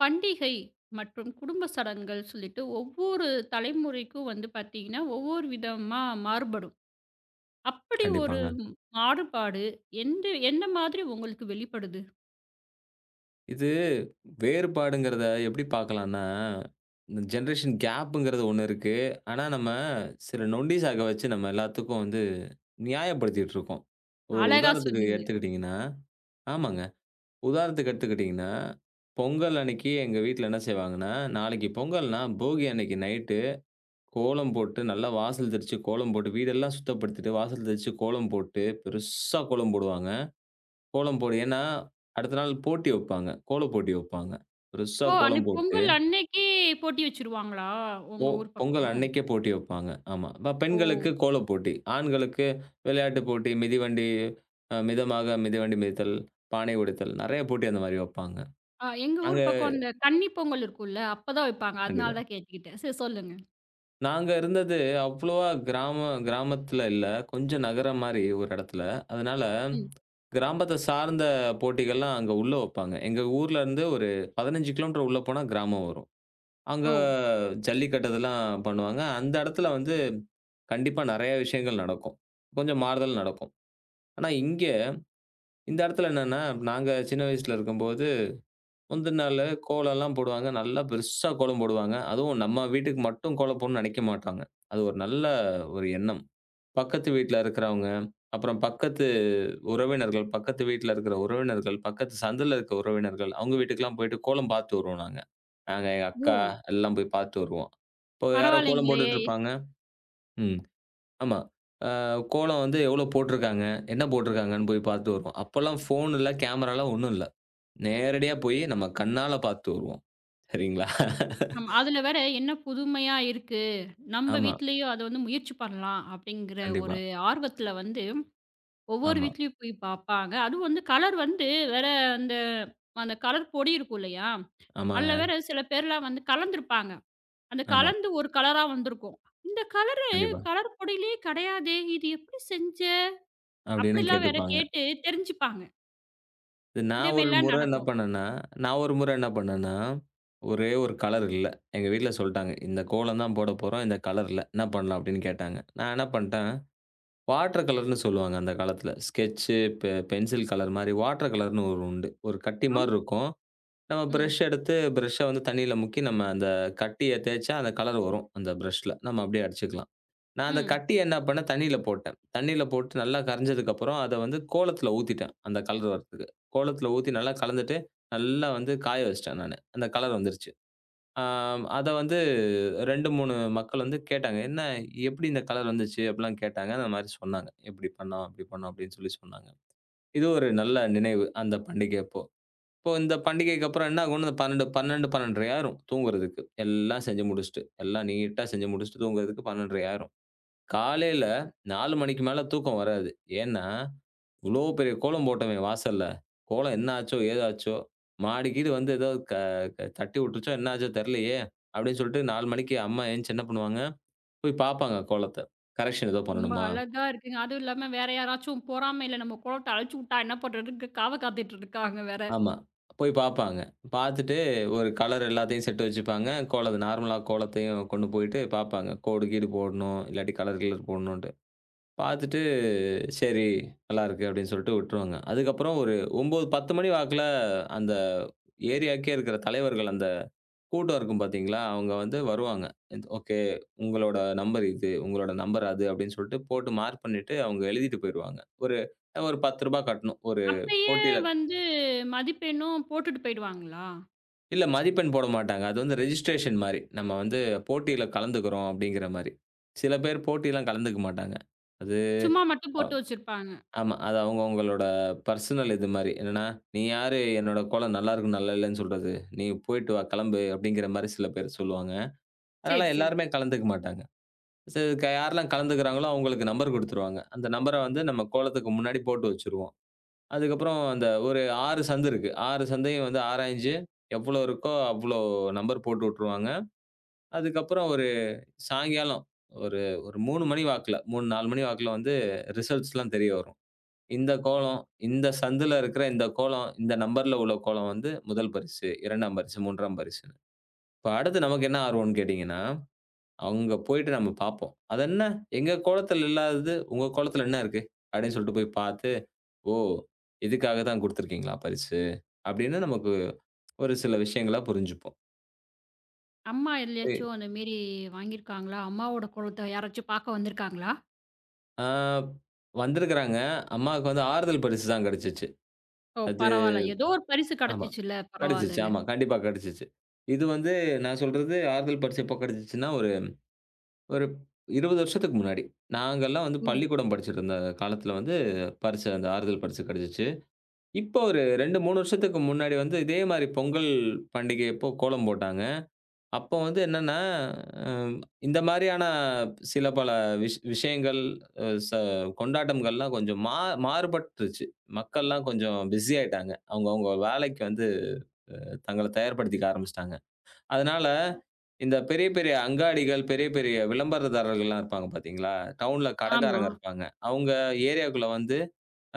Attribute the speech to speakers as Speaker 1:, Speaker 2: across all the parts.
Speaker 1: பண்டிகை மற்றும் குடும்ப சடங்குகள் சொல்லிட்டு ஒவ்வொரு தலைமுறைக்கும் வந்து பார்த்தீங்கன்னா, ஒவ்வொரு விதமா மாறுபடும். அப்படி ஒரு
Speaker 2: கண்டிப்பாங்க.
Speaker 1: மாறுபாடு எந்த எந்த மாதிரி உங்களுக்கு வெளிப்படுது?
Speaker 2: இது வேறுபாடுங்கிறத எப்படி பார்க்கலான்னா, இந்த ஜெனரேஷன் கேப்புங்கிறது ஒண்ணு இருக்கு. ஆனா, நம்ம சில நொண்டி சாக்க வச்சு நம்ம எல்லாத்துக்கும் வந்து நியாயப்படுத்திட்டு இருக்கோம். ஒரு
Speaker 1: அழகா
Speaker 2: உதாரணத்துக்கு
Speaker 1: சொன்னீங்க.
Speaker 2: எடுத்துக்கிட்டீங்கன்னா, ஆமாங்க, உதாரணத்துக்கு எடுத்துக்கிட்டீங்கன்னா, பொங்கல் அன்னைக்கு எங்க வீட்ல என்ன செய்வாங்கன்னா, நாளைக்கு பொங்கல்னா போகி அன்னைக்கு நைட்டு கோலம் போட்டு நல்லா வாசல் தெளிச்சு கோலம் போட்டு வீடெல்லாம் சுத்தப்படுத்திட்டு, வாசல் தெளிச்சு கோலம் போட்டு பெருசா கோலம் போடுவாங்க. கோலம் போடு. ஏன்னா, அடுத்த நாள் போட்டி வைப்பாங்க. கோல போட்டி வைப்பாங்க. பெருசா
Speaker 1: ஓ!
Speaker 2: கோலம்
Speaker 1: அன்னைக்கு
Speaker 2: போட்டு,
Speaker 1: பொங்கல் அன்னைக்கே போட்டி வச்சுருவாங்களா?
Speaker 2: பொ
Speaker 1: உங்க ஊர்
Speaker 2: பொங்கல்
Speaker 1: பக்கம்?
Speaker 2: அன்னைக்கே போட்டி வைப்பாங்க. ஆமா.
Speaker 1: ஓ!
Speaker 2: பெண்களுக்கு கோல போட்டி. ஆண்களுக்கு விளையாட்டு போட்டி, மிதிவண்டி, மிதமாக மிதிவண்டி மிதித்தல், பானை உடைத்தல் நெறைய போட்டி அந்த மாரி வைப்பாங்க.
Speaker 1: எங்க ஊர்
Speaker 2: நாங்க
Speaker 1: பக்கம் அந்த கன்னி பொங்கல் இருக்கும்ல, அப்பதான் வைப்பாங்க.
Speaker 2: கண்டிப்பா.
Speaker 1: அதனால தான் கேட்டுக்கிட்டேன். சரி சொல்லுங்க.
Speaker 2: நாங்க இருந்தது அவ்வளவா கிராமத்துல இல்ல. கொஞ்சம் நகரம் மாரி ஒரு இடத்துல. அதனால
Speaker 1: ம்.
Speaker 2: கிராமத்த சார்ந்த போட்டிகள்லாம் அங்க உள்ள வைப்பாங்க. எங்க ஊர்ல இருந்து ஒரு 15 கிலோமீட்டர் உள்ள போனா கிராமம் வரும். அங்க
Speaker 1: ஓ!
Speaker 2: ஜல்லிக்கட்டு இதெல்லாம் பண்ணுவாங்க. அந்த இடத்துல வந்து கண்டிப்பா நெறைய விஷயங்கள் நடக்கும். கொஞ்சம் மாறுதல் நடக்கும். ஆனா இங்க இந்த இடத்துல என்னன்னா, நாங்க சின்ன வயசுல இருக்கும்போது, முந்தின நாளு கோலம்லாம் போடுவாங்க. நல்லா பெருசா கோலம் போடுவாங்க. அதுவும் நம்ம வீட்டுக்கு மட்டும் கோலம் போடணும்னு நினைக்க மாட்டாங்க. அது ஒரு நல்ல ஒரு எண்ணம். பக்கத்து வீட்ல இருக்கிறவங்க, அப்புறம் பக்கத்து உறவினர்கள், பக்கத்து வீட்ல இருக்கிற உறவினர்கள், பக்கத்து சந்துல இருக்க உறவினர்கள், அவங்க வீட்டுக்கெல்லாம் போயிட்டு கோலம் பார்த்து வருவோம் நாங்க. நாங்க, எங்க
Speaker 1: ஓ!
Speaker 2: அக்கா எல்லாம் போய் பார்த்து வருவோம். இப்போ யாரோ கோலம்
Speaker 1: பரவாயில்லைங்களே!
Speaker 2: போட்டுட்டு இருப்பாங்க. ம். ஆமா. அ கோலம் வந்து எவ்வளோ போட்டுருக்காங்க? என்ன போட்டுருக்காங்கன்னு போய் பார்த்து வருவோம். அப்போலாம் ஃபோன் இல்ல, கேமராலாம் ஒண்ணும் இல்ல. நேரடியா போய் நம்ம கண்ணால பார்த்து வருவோம். சரிங்களா?
Speaker 1: ஆமா. அதுல வேற என்ன புதுமையா இருக்கு? நம்ம
Speaker 2: ஆமா.
Speaker 1: வீட்லயும் அத வந்து முயற்சி பண்ணலாம் அப்படிங்கிற
Speaker 2: கண்டிப்பா.
Speaker 1: ஒரு ஆர்வத்துல வந்து, ஒவ்வொரு
Speaker 2: ஆமா.
Speaker 1: வீட்லயும் போய் பார்ப்பாங்க. அதுவும் வந்து கலர் வந்து வேற அந்த அந்த கலர் பொடி இருக்கும் இல்லையா? அதுல
Speaker 2: ஆமாங்க.
Speaker 1: வேற சில பேர்லாம் வந்து கலந்திருப்பாங்க. அந்த
Speaker 2: ஆமா.
Speaker 1: கலந்து ஒரு கலரா வந்திருக்கும். "இந்த கலரு
Speaker 2: கண்டிப்பா.
Speaker 1: கலர் பொடியிலயே கிடையாதே! இது எப்படி செஞ்ச?"
Speaker 2: அப்படின்னு
Speaker 1: அப்படிலாம் வேற
Speaker 2: கேட்டுப்பாங்க.
Speaker 1: கேட்டு தெரிஞ்சுப்பாங்க.
Speaker 2: இது
Speaker 1: இந்த
Speaker 2: நான் ஒரு
Speaker 1: மாரிலாம்
Speaker 2: முறை என்ன
Speaker 1: நடக்கும்.
Speaker 2: பண்ணேன்னா நான் ஒரு முறை என்ன பண்ணேன்னா, ஒரே ஒரு கலர் இல்ல. எங்க வீட்ல சொல்ட்டாங்க, "இந்த கோலம் தான் போடப் போறோம். இந்த கலர் இல்ல. என்ன பண்ணலாம்?" அப்படின்னு கேட்டாங்க. நான் என்ன பண்ட்டேன், வாட்டர் கலர்ன்னு சொல்லுவாங்க அந்த காலத்துல. ஸ்கெட்ச்சு, பென்சில் கலர் மாரி வாட்டர் கலர்ன்னு ஒரு உண்டு. ஒரு கட்டி
Speaker 1: ஆமா.
Speaker 2: மாரி இருக்கும். நம்ம
Speaker 1: ம்.
Speaker 2: பிரஷ் எடுத்து, பிரஷ்ஷ வந்து தண்ணியில முக்கி நம்ம அந்த கட்டிய தேய்ச்சா அந்த கலர் வரும் அந்த பிரஷ்ல. நம்ம அப்படியே அடிச்சுக்கலாம். நான் அத
Speaker 1: ம்.
Speaker 2: கட்டி என்ன பண்ணேன், தண்ணீல போட்டேன். தண்ணீல போட்டு நல்லா கரைஞ்சதுக்கப்புறம், அத வந்து கோலத்துல ஊத்திட்டேன். அந்த கலர் வரதுக்கு. கோலத்துல ஊத்தி நல்லா கலந்துட்டு, நல்லா வந்து காய வச்சுட்டேன் நானு. அந்த கலர் வந்துருச்சு. ஆ அத வந்து 2, 3 மக்கள் வந்து கேட்டாங்க. "என்ன எப்படி இந்த கலர் வந்துச்சு?" அப்படிலாம் கேட்டாங்க. அந்த மாரி சொன்னாங்க. "இப்படி பண்ணோம், அப்படி பண்ணோம்" அப்படின்னு சொல்லி சொன்னாங்க. இது ஒரு நல்ல நினைவு, அந்த பண்டிகை அப்போ. இப்போ இந்த பண்டிகைக்கு அப்புறம் என்ன ஆகும்னு 12, 12, 12:30 ஆயிரும் தூங்குறதுக்கு. எல்லாம் செஞ்சு முடிச்சுட்டு, எல்லாம் நீட்டா செஞ்சு முடிச்சுட்டு தூங்குறதுக்கு 12:30 ஆயிரும். காலையில 4 மணிக்கு மேல தூக்கம் வராது. ஏன்னா, இவ்ளோ பெரிய கோலம் போட்டோமே வாசல்ல. கோலம் என்ன ஆச்சோ? ஏதாச்சோ? மாடி கீடு வந்து ஏதோ க க தட்டி விட்டுருச்சோ? என்ன ஆச்சோ தெர்லையே! அப்படின்னு சொல்லிட்டு 4 மணிக்கு அம்மா எந்திச்சு என்ன பண்ணுவாங்க, போய் பாப்பாங்க கோலத்த. கரெக்ஷன் ஏதோ
Speaker 1: ரொம்ப
Speaker 2: பண்ணணுமா?
Speaker 1: அழகா இருக்குங்க. அதுவும் இல்லாம வேற யாராச்சும் பொறாமையில நம்ம கோலத்த அழிச்சு விட்டா என்ன பண்றதுன்னு காவ காத்துட்டு இருக்காங்க வேற.
Speaker 2: ஆமா. போய் பாப்பாங்க. பாத்துட்டு ஒரு கலர் எல்லாத்தையும் செட்டு வச்சுப்பாங்க. கோலத்த நார்மலா கோலத்தையும் கொண்டு போயிட்டு பாப்பாங்க. கோடு கீடு போடணும், இல்லாட்டி கலர் கிலர் போடணுன்ட்டு. பாத்துட்டு சரி, நல்லாருக்கு அப்படின்னு சொல்லிட்டு விட்டுருவாங்க. அதுக்கப்புறம் ஒரு 9, 10 மணி வாக்குல அந்த ஏரியாக்கே இருக்கிற தலைவர்கள் அந்த கூட்டம் இருக்கும் பார்த்தீங்களா? அவங்க வந்து வருவாங்க. ஓகே, உங்களோட நம்பர் இது, உங்களோட நம்பர் அது அப்படின்னு சொல்லிட்டு போட்டு மார்க் பண்ணிட்டு அவங்க எழுதிட்டு போயிருவாங்க. ஒரு ஒரு ரூ. 10 கட்டணும். ஒரு
Speaker 1: அப்பயே
Speaker 2: போட்டியில
Speaker 1: வந்து மதிப்பெண்ணும் போட்டுட்டு போயிடுவாங்களா?
Speaker 2: இல்ல மதிப்பெண் போட மாட்டாங்க. அது வந்து ரெஜிஸ்ட்ரேஷன் மாரி. நம்ம வந்து போட்டியில கலந்துக்கிறோம் அப்படிங்கிற மாரி. சில பேர் போட்டிலாம் கலந்துக்க மாட்டாங்க. அது
Speaker 1: சும்மா மட்டும்
Speaker 2: அ
Speaker 1: போட்டு வச்சிருப்பாங்க.
Speaker 2: ஆமா. அது அவங்கவங்களோட பர்சனல் இது மாரி. என்னன்னா, "நீ யாரு என்னோட கோலம் நல்லா இருக்கு, நல்லா இல்லன்னு சொல்றது? நீ போயிட்டு வா, கிளம்பு" அப்படிங்கிற மாரி சில பேர் சொல்லுவாங்க.
Speaker 1: சரி,
Speaker 2: அதனால
Speaker 1: சரி.
Speaker 2: எல்லாருமே கலந்துக்க மாட்டாங்க. சரி, யாரெல்லாம் கலந்துக்கிறாங்களோ அவங்களுக்கு நம்பர் குடுத்துருவாங்க. அந்த நம்பர வந்து நம்ம கோலத்துக்கு முன்னாடி போட்டு வச்சுருவோம். அதுக்கப்புறம் அந்த ஒரு 6 சந்து இருக்கு. 6 சந்தையும் வந்து ஆராய்ஞ்சு எவ்வளோ இருக்கோ அவ்வளோ நம்பர் போட்டு விட்டுருவாங்க. அதுக்கப்புறம் ஒரு சாயங்காலம் ஒரு ஒரு 3 மணி வாக்குல 3, 4 மணி வாக்குல வந்து ரிசல்ட்ஸ்லாம் தெரிய வரும். இந்த கோலம், இந்த சந்துல இருக்கிற இந்த கோலம், இந்த நம்பர்ல உள்ள கோலம் வந்து முதல் பரிசு, 2ஆம் பரிசு, 3ஆம் பரிசுன்னு. இப்ப அடுத்து நமக்கு என்ன ஆர்வம்ன்னு கேட்டீங்கன்னா, அங்க போயிட்டு நம்ம பார்ப்போம். "அதென்ன எங்க கோலத்துல இல்லாதது, உங்க கோலத்துல என்ன இருக்கு?" அப்படின்னு சொல்லிட்டு போய் பார்த்து, "ஓ! இதுக்காக தான் குடுத்துருக்கீங்களா பரிசு?" அப்படின்னு நமக்கு ஒரு சில விஷயங்கள புரிஞ்சுப்போம்.
Speaker 1: அம்மா
Speaker 2: எ
Speaker 1: எதுலயாச்சும் அந்த மேரி வாங்கியிருக்காங்களா? அம்மாவோட கோலத்த யாராச்சும் பார்க்க வந்திருக்காங்களா?
Speaker 2: ஆ வந்திருக்கிறாங்க. அம்மாவுக்கு வந்து ஆறுதல் பரிசு தான் கிடைச்சுச்சு.
Speaker 1: ஓ!
Speaker 2: அது
Speaker 1: பரவால்ல. ஏதோ ஒரு பரிசு
Speaker 2: ஆமா.
Speaker 1: கிடைச்சிச்சுல்ல.
Speaker 2: கிடைச்சுச்சு.
Speaker 1: பரவால்லங்க.
Speaker 2: ஆமா. கண்டிப்பா கிடைச்சுச்சு. இது வந்து நான் சொல்றது ஆறுதல் பரிசு எப்போ கிடைச்சுச்சுன்னா, ஒரு ஒரு 20 வருஷத்துக்கு முன்னாடி. நாங்கலாம் வந்து
Speaker 1: ம்.
Speaker 2: பள்ளிக்கூடம் படிச்சுட்டு இருந்த காலத்துல வந்து பரிட்சை அந்த ஆறுதல் பரிட்சை கிடைச்சுச்சு. இப்போ ஒரு 2, 3 வருஷத்துக்கு முன்னாடி வந்து இதே மாரி பொங்கல் பண்டிகையப்போ கோலம் போட்டாங்க. அப்போ வந்து என்னன்னா, அ இந்த மாரியான சில பல விஷயங்கள் அ ச கொண்டாட்டங்கள்லாம் கொஞ்சம் மாறுபட்டுருச்சு. மக்கள்லாம் கொஞ்சம் பிஸி ஆயிட்டாங்க. அவங்கவங்க வேலைக்கு வந்து தங்கள தயார்படுத்திக்க ஆரம்பிச்சுட்டாங்க. அதனால, இந்த பெரிய பெரிய அங்காடிகள், பெரிய பெரிய விளம்பரதாரர்கள்லாம் இருப்பாங்க பார்த்தீங்களா? டவுன்ல
Speaker 1: ஆமா,
Speaker 2: கடைக்காரங்க இருப்பாங்க. அவங்க ஏரியாக்குள்ள வந்து,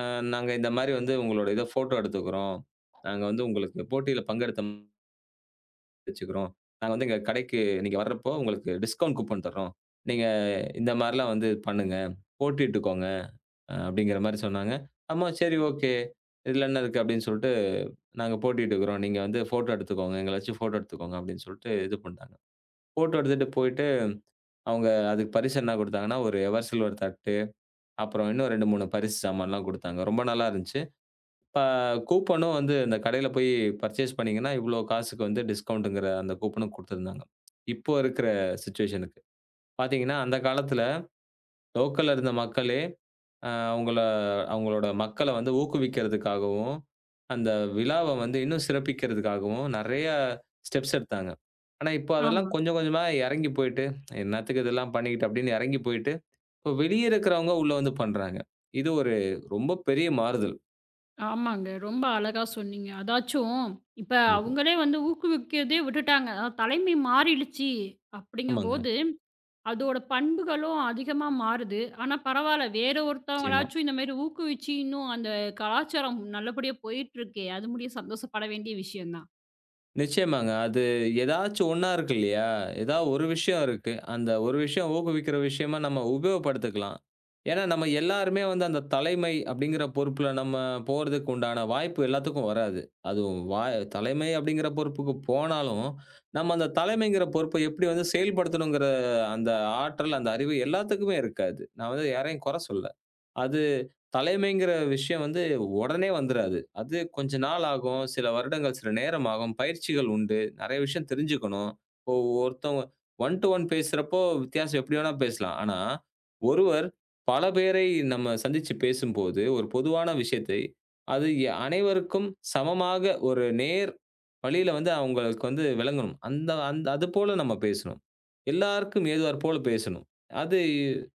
Speaker 2: அ "நாங்க இந்த மாரி வந்து உங்களோட இத ஃபோட்டோ எடுத்துக்கிறோம். நாங்க வந்து உங்களுக்கு போட்டியில பங்கெடுத்த வச்சுக்கிறோம். நாங்க வந்து எங்க கடைக்கு நீங்க வர்றப்போ உங்களுக்கு டிஸ்கவுண்ட் கூப்பன் தர்றோம். நீங்க இந்த மாரிலாம் வந்து பண்ணுங்க. போட்டியிட்டுக்கோங்க" அப்படிங்கிற மாரி சொன்னாங்க. "ஆமா, சரி, ஓகே. இதுல என்ன இருக்கு?" அப்படின்னு சொல்லிட்டு, "நாங்க போட்டியிட்டுக்கிறோம். நீங்க வந்து ஃபோட்டோ எடுத்துக்கோங்க. எங்கள வச்சு ஃபோட்டோ எடுத்துக்கோங்க" அப்படின்னு சொல்லிட்டு இது பண்ட்டாங்க. ஃபோட்டோ எடுத்துட்டு போயிட்டு, அவங்க அதுக்கு பரிசு என்ன குடுத்தாங்கன்னா, ஒரு எவர் சில்வர் தட்டு, அப்புறம் இன்னும் 2, 3 பரிசு சாமான்லாம் குடுத்தாங்க. ரொம்ப நல்லா இருந்துச்சு. இப்ப கூப்பனும் வந்து இந்த கடையில போய் பர்ச்சேஸ் பண்ணீங்கன்னா, இவ்ளோ காசுக்கு வந்து டிஸ்கவுண்ட்ங்கிற அந்த கூப்பனும் குடுத்திருந்தாங்க. இப்போ இருக்கிற சிச்சுவேஷனுக்கு. பாத்தீங்கன்னா, அந்த காலத்துல லோக்கல்ல இருந்த மக்களே அ அவங்கள அவங்களோட மக்கள வந்து ஊக்குவிக்கிறதுக்காகவும், அந்த விழாவ வந்து இன்னும் சிறப்பிக்கிறதுக்காகவும் நெறைய ஸ்டெப்ஸ் எடுத்தாங்க. ஆனா, இப்போ அதெல்லாம்
Speaker 1: ஆமா.
Speaker 2: கொஞ்சம் கொஞ்சமா எறங்கி போயிட்டு, "என்னாத்துக்கு இதெல்லாம் பண்ணிக்கிட்டு?" அப்படின்னு எறங்கி போயிட்டு, இப்போ வெளிய இருக்கிறவங்க உள்ள வந்து பண்றாங்க. இது ஒரு ரொம்ப பெரிய மாறுதல்.
Speaker 1: ஆமாங்க. ரொம்ப அழகா சொன்னீங்க. அதாச்சும் இப்ப
Speaker 2: கண்டிப்பா.
Speaker 1: அவங்களே வந்து ஊக்குவிக்கிறதே விட்டுட்டாங்க. தலைமை மாறிடுச்சு
Speaker 2: ஆமாங்க.
Speaker 1: அப்படிங்கும்போது அதோட பண்புகளும் அதிகமா மாறுது. ஆனா பரவால்ல, வேற
Speaker 2: நிச்சயமா.
Speaker 1: ஒருத்தவங்களாச்சும் இந்த மாரி ஊக்குவிச்சு இன்னும் அந்த கலாச்சாரம் நல்லபடியா போயிட்டுருக்கே! அது முடிய சந்தோஷப்பட வேண்டிய விஷயம் தான்.
Speaker 2: நிச்சயமாங்க. அது ஏதாச்சும் ஒண்ணா இருக்கு இல்லையா? ஏதா ஒரு விஷயம் இருக்கு. அந்த ஒரு விஷயம் ஊக்குவிக்கிற விஷயமா நம்ம உபயோகப்படுத்திக்கலாம். ஏன்னா, நம்ம எல்லாருமே வந்து அந்த தலைமை அப்படிங்கிற பொறுப்புல நம்ம போறதுக்கு உண்டான வாய்ப்பு எல்லாத்துக்கும் வராது. அதுவும் தலைமை அப்படிங்கிற பொறுப்புக்கு போனாலும், நம்ம அந்த தலைமைங்கிற பொறுப்ப எப்படி வந்து செயல்படுத்தணுங்கிற அந்த ஆற்றல், அந்த அறிவு எல்லாத்துக்குமே இருக்காது. நான் வந்து யாரையும் குறை சொல்லல. அது தலைமைங்கிற விஷயம் வந்து உடனே வந்துராது. அது கொஞ்ச நாள் ஆகும். சில வருடங்கள், சில நேரம் ஆகும். பயிற்சிகள் உண்டு. நெறைய விஷயம் தெரிஞ்சுக்கணும். ஒருத்தவங்க ஒன் டூ ஒன் பேசுறப்போ வித்தியாசம் எப்படி வேணா பேசலாம். ஆனா, ஒருவர் பல பேரை நம்ம சந்திச்சு பேசும்போது, ஒரு பொதுவான விஷயத்தை அது அனைவருக்கும் சமமாக ஒரு நேர் வழியில வந்து அவங்களுக்கு வந்து விளங்கணும். அந்த அந்த அதுபோல நம்ம பேசணும். எல்லாருக்கும் ஏதுவார் போல பேசணும். அது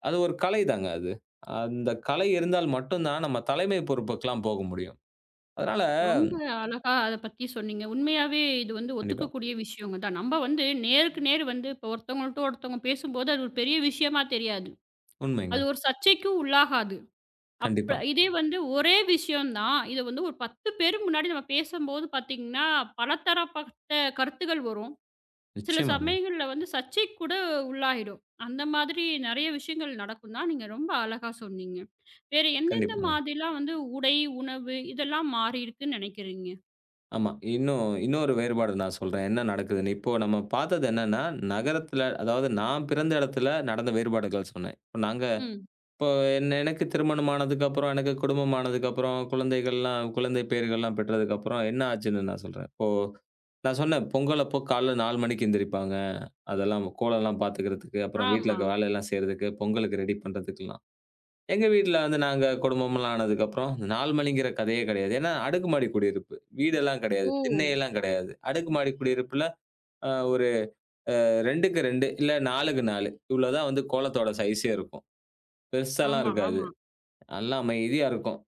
Speaker 2: அது ஒரு கலைதாங்க அது. அந்த கலை இருந்தால் மட்டும் தான் நம்ம தலைமை பொறுப்புக்கெல்லாம் போக முடியும். அதனால
Speaker 1: ரொம்ப அழகா அத பத்தி சொன்னீங்க. உண்மையாவே இது வந்து
Speaker 2: கண்டிப்பா.
Speaker 1: ஒத்துக்கக்கூடிய விஷயங்க தான். நம்ப வந்து நேருக்கு நேர் வந்து இப்ப ஒருத்தவங்கள்ட்ட ஒருத்தவங்க பேசும்போது, அது ஒரு பெரிய விஷயமா தெரியாது.
Speaker 2: உண்மைங்க.
Speaker 1: அது ஒரு சர்ச்சைக்கும் உள்ளாகாது. அப்ப
Speaker 2: கண்டிப்பா.
Speaker 1: இதே வந்து ஒரே விஷயம் தான். இத வந்து ஒரு 10 பேரு முன்னாடி நம்ம பேசம்போது பாத்தீங்கன்னா, பலதரப்பட்ட கருத்துகள் வரும். சில
Speaker 2: நிச்சயமாங்க.
Speaker 1: சமயங்கள்ல வந்து சர்ச்சைக்கு கூட உள்ளாயிடும். அந்த மாதிரி நெறைய விஷயங்கள் நடக்கும் தான். நீங்க ரொம்ப அழகா சொன்னீங்க. வேற எந்தெந்த
Speaker 2: கண்டிப்பாங்க.
Speaker 1: மாதிரிலாம் வந்து உடை, உணவு இதெல்லாம் மாறியிருக்குன்னு நெனைக்கிறீங்க?
Speaker 2: ஆமா. இன்னும் இன்னொரு வேறுபாடு நான் சொல்றேன். என்ன நடக்குதுன்னு. இப்போ நம்ம பார்த்தது என்னன்னா, நகரத்தில அதாவது நான் பிறந்த இடத்துல நடந்த வேறுபாடுகள் சொன்னேன். இப்ப நாங்க
Speaker 1: ம்.
Speaker 2: இப்போ எனக்கு திருமணம் ஆனதுக்கப்புறம், எனக்கு குடும்பம் ஆனதுக்கப்புறம், குழந்தைகள்லாம் குழந்தை பேறுகள்லாம் பெற்றதுக்கப்புறம் என்ன ஆச்சுன்னு நான் சொல்றேன். இப்போ நான் சொன்னேன், பொங்கல் அப்போ காலைல 4 மணிக்கு எந்திரிப்பாங்க. அதெல்லாம் கோலம்லாம் பார்த்துக்கிறதுக்கு, அப்புறம் வீட்ல
Speaker 1: ஆமா.
Speaker 2: இருக்க வேலையெல்லாம் செய்றதுக்கு, பொங்கலுக்கு ரெடி பண்றதுக்குலாம். எங்க வீட்ல வந்து நாங்க குடும்பம்லாம் ஆனதுக்கப்புறம், இந்த 4 மணிங்கிற கதையே கிடையாது. ஏன்னா, அடுக்குமாடி குடியிருப்பு. வீடெல்லாம் கிடையாது.
Speaker 1: ஓ!
Speaker 2: திண்ணையெல்லாம் கிடையாது. அடுக்குமாடி குடியிருப்புல ஒரு 2க்கு 2 இல்ல 4க்கு 4 இவ்வளோ தான் வந்து கோலத்தோட சைஸே இருக்கும். பெருசாலாம்
Speaker 1: ஆமா,
Speaker 2: இருக்காது.
Speaker 1: ஆமா.
Speaker 2: நல்லா அமைதியா இருக்கும்.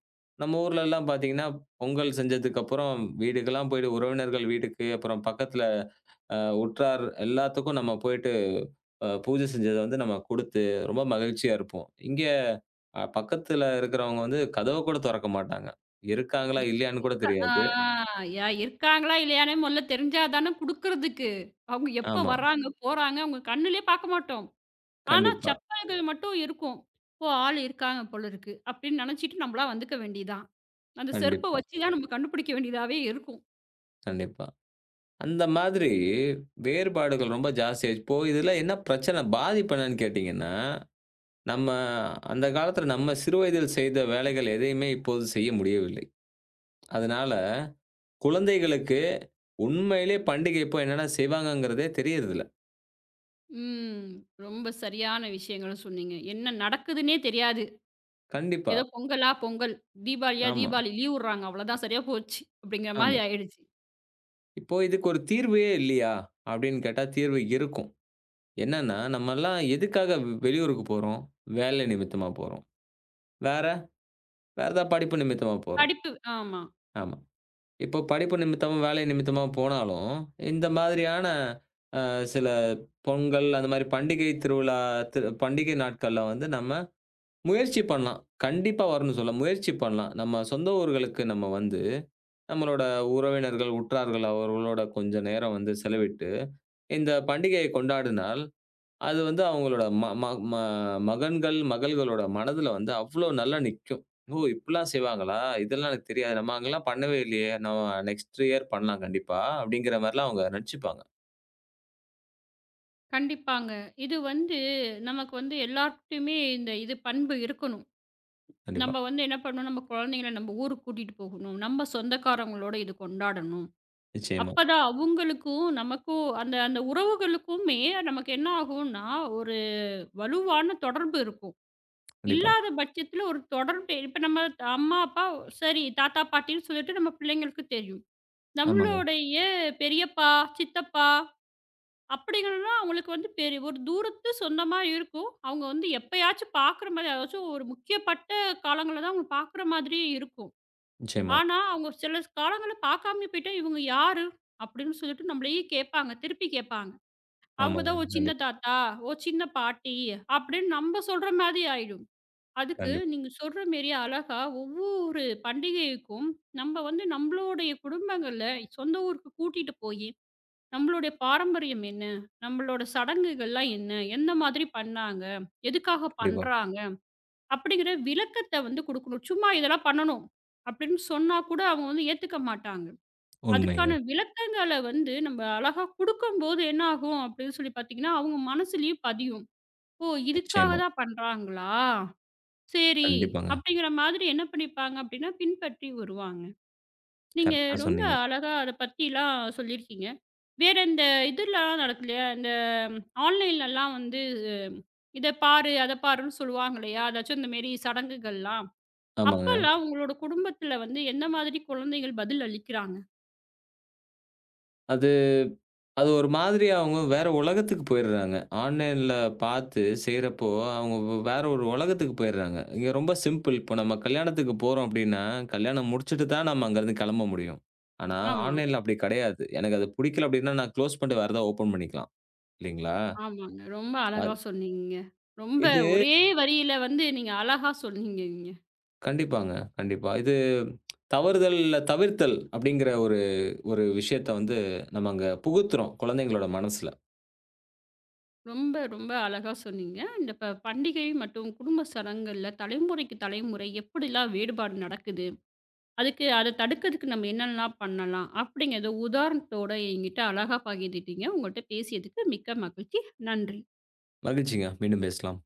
Speaker 2: நம்ம ஊர்லலாம் பார்த்தீங்கன்னா, பொங்கல் செஞ்சதுக்கப்புறம் வீடுக்கெல்லாம் போயிட்டு உறவினர்கள் வீட்டுக்கு, அப்புறம் பக்கத்துல அ உற்றார் எல்லாத்துக்கும் நம்ம போயிட்டு பூஜை செஞ்சத வந்து நம்ம குடுத்து, ரொம்ப மகிழ்ச்சியா இருப்போம். இங்க பக்கத்துல இருக்கிறவங்க வந்து கதவ கூட தொறக்க மாட்டாங்க. இருக்காங்களா? இல்லையான்னு கூட
Speaker 1: இருக்கா ஆ
Speaker 2: தெரியாது.
Speaker 1: யா இருக்காங்களா இல்லையானே முதல்ல தெரிஞ்சா தானே குடுக்குறதுக்கு. அவங்க எப்ப
Speaker 2: ஆமா.
Speaker 1: வர்றாங்க, போறாங்க அவங்க கண்ணுலயே பார்க்க மாட்டோம். ஆனா
Speaker 2: கண்டிப்பா,
Speaker 1: செப்பல்கள் மட்டும் இருக்கும். "ஓ! ஆள் இருக்காங்க போல இருக்கு" அப்படின்னு நெனைச்சிட்டு நம்மளா வந்துக்க வேண்டியது தான். அந்த செருப்ப
Speaker 2: கண்டிப்பா,
Speaker 1: வச்சு தான் நம்ம கண்டுபிடிக்க வேண்டியதாவே இருக்கும்.
Speaker 2: கண்டிப்பா. அந்த மாதிரி வேறுபாடுகள் ரொம்ப ஜாஸ்தியாச்சு. இப்போ இதுல என்ன பிரச்சனை? பாதிப்பு என்னன்னு கேட்டீங்கன்னா, நம்ம அந்த காலத்துல நம்ம சிறு வயதில் செய்த வேலைகள் எதையுமே இப்போது செய்ய முடியவில்லை. அதனால குழந்தைகளுக்கு உண்மையிலே பண்டிகை எப்போ என்னென்ன செய்வாங்கங்கிறதே தெரியறதில்ல.
Speaker 1: ம். ரொம்ப சரியான விஷயங்கள சொன்னீங்க. என்ன நடக்குதுன்னே தெரியாது.
Speaker 2: கண்டிப்பா.
Speaker 1: ஏதோ பொங்கலா பொங்கல், தீபாவளியா
Speaker 2: ஆமா,
Speaker 1: தீபாவளி, லீவ் விடுறாங்க அவ்வளோதான் சரியா போச்சு, அப்படிங்கிற மாரி
Speaker 2: ஆமா.
Speaker 1: ஆயிடுச்சு.
Speaker 2: இப்போ இதுக்கு ஒரு தீர்வே இல்லையா? அப்படின்னு கேட்டா தீர்வு இருக்கும். என்னன்னா, நம்மலாம் எதுக்காக வெளியூருக்கு போறோம்? வேலை நிமித்தமா போறோம். வேற? வேற ஏதாவது படிப்பு நிமித்தமா போறோம்.
Speaker 1: படிப்பு ஆமா.
Speaker 2: ஆமா. இப்போ படிப்பு நிமித்தமா, வேலை நிமித்தமா போனாலும், இந்த மாதிரியான அ சில பொங்கல் அந்த மாரி பண்டிகை திருவிழா பண்டிகை நாட்கள்ல வந்து நம்ம முயற்சி பண்ணலாம். கண்டிப்பா வரும்னு சொல்ல முயற்சி பண்ணலாம். நம்ம சொந்த ஊர்களுக்கு நம்ம வந்து, நம்மளோட உறவினர்கள், உற்றார்கள் அவர்களோட கொஞ்ச நேரம் வந்து செலவிட்டு இந்த பண்டிகையை கொண்டாடினால், அது வந்து அவங்களோட ம ம ம மகன்கள், மகள்களோட மனதில வந்து அவ்ளோ நல்லா நிக்கும். "ஓ! இப்படிலாம் செய்வாங்களா? இதெல்லாம் எனக்கு தெரியாது. நம்ம அங்கலாம் பண்ணவே இல்லையே. நம்ம நெக்ஸ்ட் இயர் பண்ணலாம் கண்டிப்பா." அப்படிங்கிற மாரிலாம் அவங்க நெனச்சுப்பாங்க.
Speaker 1: கண்டிப்பாங்க. இது வந்து நமக்கு வந்து எல்லார்கிட்டயுமே இந்த இது பண்பு இருக்கணும்.
Speaker 2: கண்டிப்பா.
Speaker 1: நம்ம வந்து என்ன பண்ணணும், நம்ம குழந்தைங்கள நம்ம ஊருக்கு கூட்டிட்டு போகணும். நம்ம சொந்தக்காரங்களோட இது கொண்டாடணும்.
Speaker 2: நிச்சயமா.
Speaker 1: அப்பதான் அவங்களுக்கும், நமக்கும் அந்த அந்த உறவுகளுக்குமே நமக்கு என்ன ஆகும்னா, ஒரு வலுவான தொடர்பு இருக்கும்.
Speaker 2: கண்டிப்பா.
Speaker 1: இல்லாத பட்சத்தில ஒரு தொடர்பு இப்ப நம்ம அம்மா, அப்பா சரி தாத்தா, பாட்டின்னு சொல்லிட்டு நம்ம பிள்ளைங்களுக்கு தெரியும்.
Speaker 2: ஆமாங்க.
Speaker 1: நம்மளுடைய பெரியப்பா, சித்தப்பா அப்படிங்கிறலாம் அவங்களுக்கு வந்து பெரிய ஒரு தூரத்து சொந்தமா இருக்கும். அவங்க வந்து எப்பயாச்சும் பார்க்குற மாதிரி அதாச்சும் ஒரு முக்கியப்பட்ட காலங்கள்ல தான் அவங்க பார்க்குற மாதிரி இருக்கும்.
Speaker 2: நிச்சயமா.
Speaker 1: ஆனா, அவங்க சில காலங்கள்ல பார்க்காமயே போயிட்டா, "இவங்க யாரு?" அப்படின்னு சொல்லிட்டு நம்மளையே கேட்பாங்க. திருப்பி கேட்பாங்க. அவங்க
Speaker 2: ஆமாங்க.
Speaker 1: தான் "ஓ சின்ன
Speaker 2: கண்டிப்பா,
Speaker 1: தாத்தா, ஓ சின்ன பாட்டி" அப்படின்னு நம்ம சொல்ற மாதிரி ஆயிடும். அதுக்கு
Speaker 2: கண்டிப்பா,
Speaker 1: நீங்க சொல்ற மாரி அழகா ஒவ்வொரு பண்டிகைக்கும் நம்ம வந்து நம்மளுடைய குடும்பங்கள்ல சொந்த ஊருக்கு கூட்டிட்டு போயி, நம்மளுடைய பாரம்பரியம் என்ன? நம்மளோட சடங்குகள்லாம் என்ன? எந்த மாதிரி பண்ணாங்க? எதுக்காக
Speaker 2: கண்டிப்பா.
Speaker 1: பண்றாங்க? அப்படிங்கிற விளக்கத்த வந்து குடுக்கணும். சும்மா இதெல்லாம் பண்ணணும் அப்படின்னு சொன்னா கூட அவங்க வந்து ஏத்துக்க மாட்டாங்க.
Speaker 2: உண்மைங்க.
Speaker 1: அதுக்கான விளக்கங்கள வந்து நம்ம அழகா குடுக்கும்போது என்ன ஆகும் அப்படின்னு சொல்லி பார்த்தீங்கன்னா, அவங்க மனசுலயும் பதியும். ஓ! இதுக்காக
Speaker 2: நிச்சயமா.
Speaker 1: தான் பண்றாங்களா? சரி.
Speaker 2: கண்டிப்பாங்க.
Speaker 1: அப்படிங்கிற மாதிரி என்ன பண்ணிப்பாங்க அப்படின்னா, பின்பற்றி வருவாங்க. நீங்க
Speaker 2: கரெக்ட்டா
Speaker 1: ரொம்ப
Speaker 2: சொன்னீங்க.
Speaker 1: அழகா அத பத்திலாம் சொல்லியிருக்கீங்க. வேற இந்த இதெல்லாம் நடக்கும் இல்லையா? இந்த ஆன்லைன்லலாம் வந்து இத பாரு, அத பாருன்னு சொல்லுவாங்க இல்லையா? அதாச்சும் இந்த மாரி சடங்குகள்லாம்.
Speaker 2: ஆமாங்க.
Speaker 1: அப்பல்லாம் உங்களோட குடும்பத்துல வந்து எந்த மாதிரி குழந்தைகள் பதில் அளிக்கிறாங்க?
Speaker 2: அது அது ஒரு மாதிரி அவங்க வேற உலகத்துக்கு போயிடுறாங்க. ஆன்லைன்ல பார்த்து செய்றப்போ, அவங்க வேற ஒரு உலகத்துக்கு போயிடுறாங்க. இங்க ரொம்ப சிம்பிள். இப்போ நம்ம கல்யாணத்துக்கு போறோம் அப்டின்னா, கல்யாணம் முடிச்சுட்டு தான் நம்ம அங்கருந்து கெளம்ப முடியும். ஆனா,
Speaker 1: ஆமா,
Speaker 2: ஆன்லைன்ல அப்டி கெடையாது. எனக்கு அது புடிக்கல அப்டின்னா, நான் க்ளோஸ் பண்ணிட்டு வேற ஏதாவது ஓப்பன் பண்ணிக்கலாம். இல்லைங்களா?
Speaker 1: ஆமாங்க. ரொம்ப அழகா
Speaker 2: அது
Speaker 1: சொன்னீங்கங்க. ரொம்ப
Speaker 2: இது
Speaker 1: ஒரே வரியில வந்து நீங்க அழகா சொன்னீங்கங்க.
Speaker 2: கண்டிப்பாங்க. கண்டிப்பா. இது தவறுதல்ல தவிர்த்தல் அப்டிங்கிற ஒரு ஒரு விஷயத்த வந்து நம்ம அங்க புகுத்துறோம் குழந்தைங்களோட மனசுல.
Speaker 1: ரொம்ப, ரொம்ப அழகா சொன்னீங்க. இந்த பண்டிகை மற்றும் குடும்ப சடங்குகள்ல தலைமுறைக்கு தலைமுறை எப்படிலாம் வேறுபாடு நடக்குது? அதுக்கு அத தடுக்கிறதுக்கு நம்ம என்னெல்லாம் பண்ணலாம்? அப்படிங்கிறத உதாரணத்தோட என்கிட்ட அழகா பகிர்ந்துட்டீங்க. உங்கள்ட்ட பேசியதுக்கு மிக்க மகிழ்ச்சி. நன்றி.
Speaker 2: மகிழ்ச்சிங்க. மீண்டும் பேசலாம்.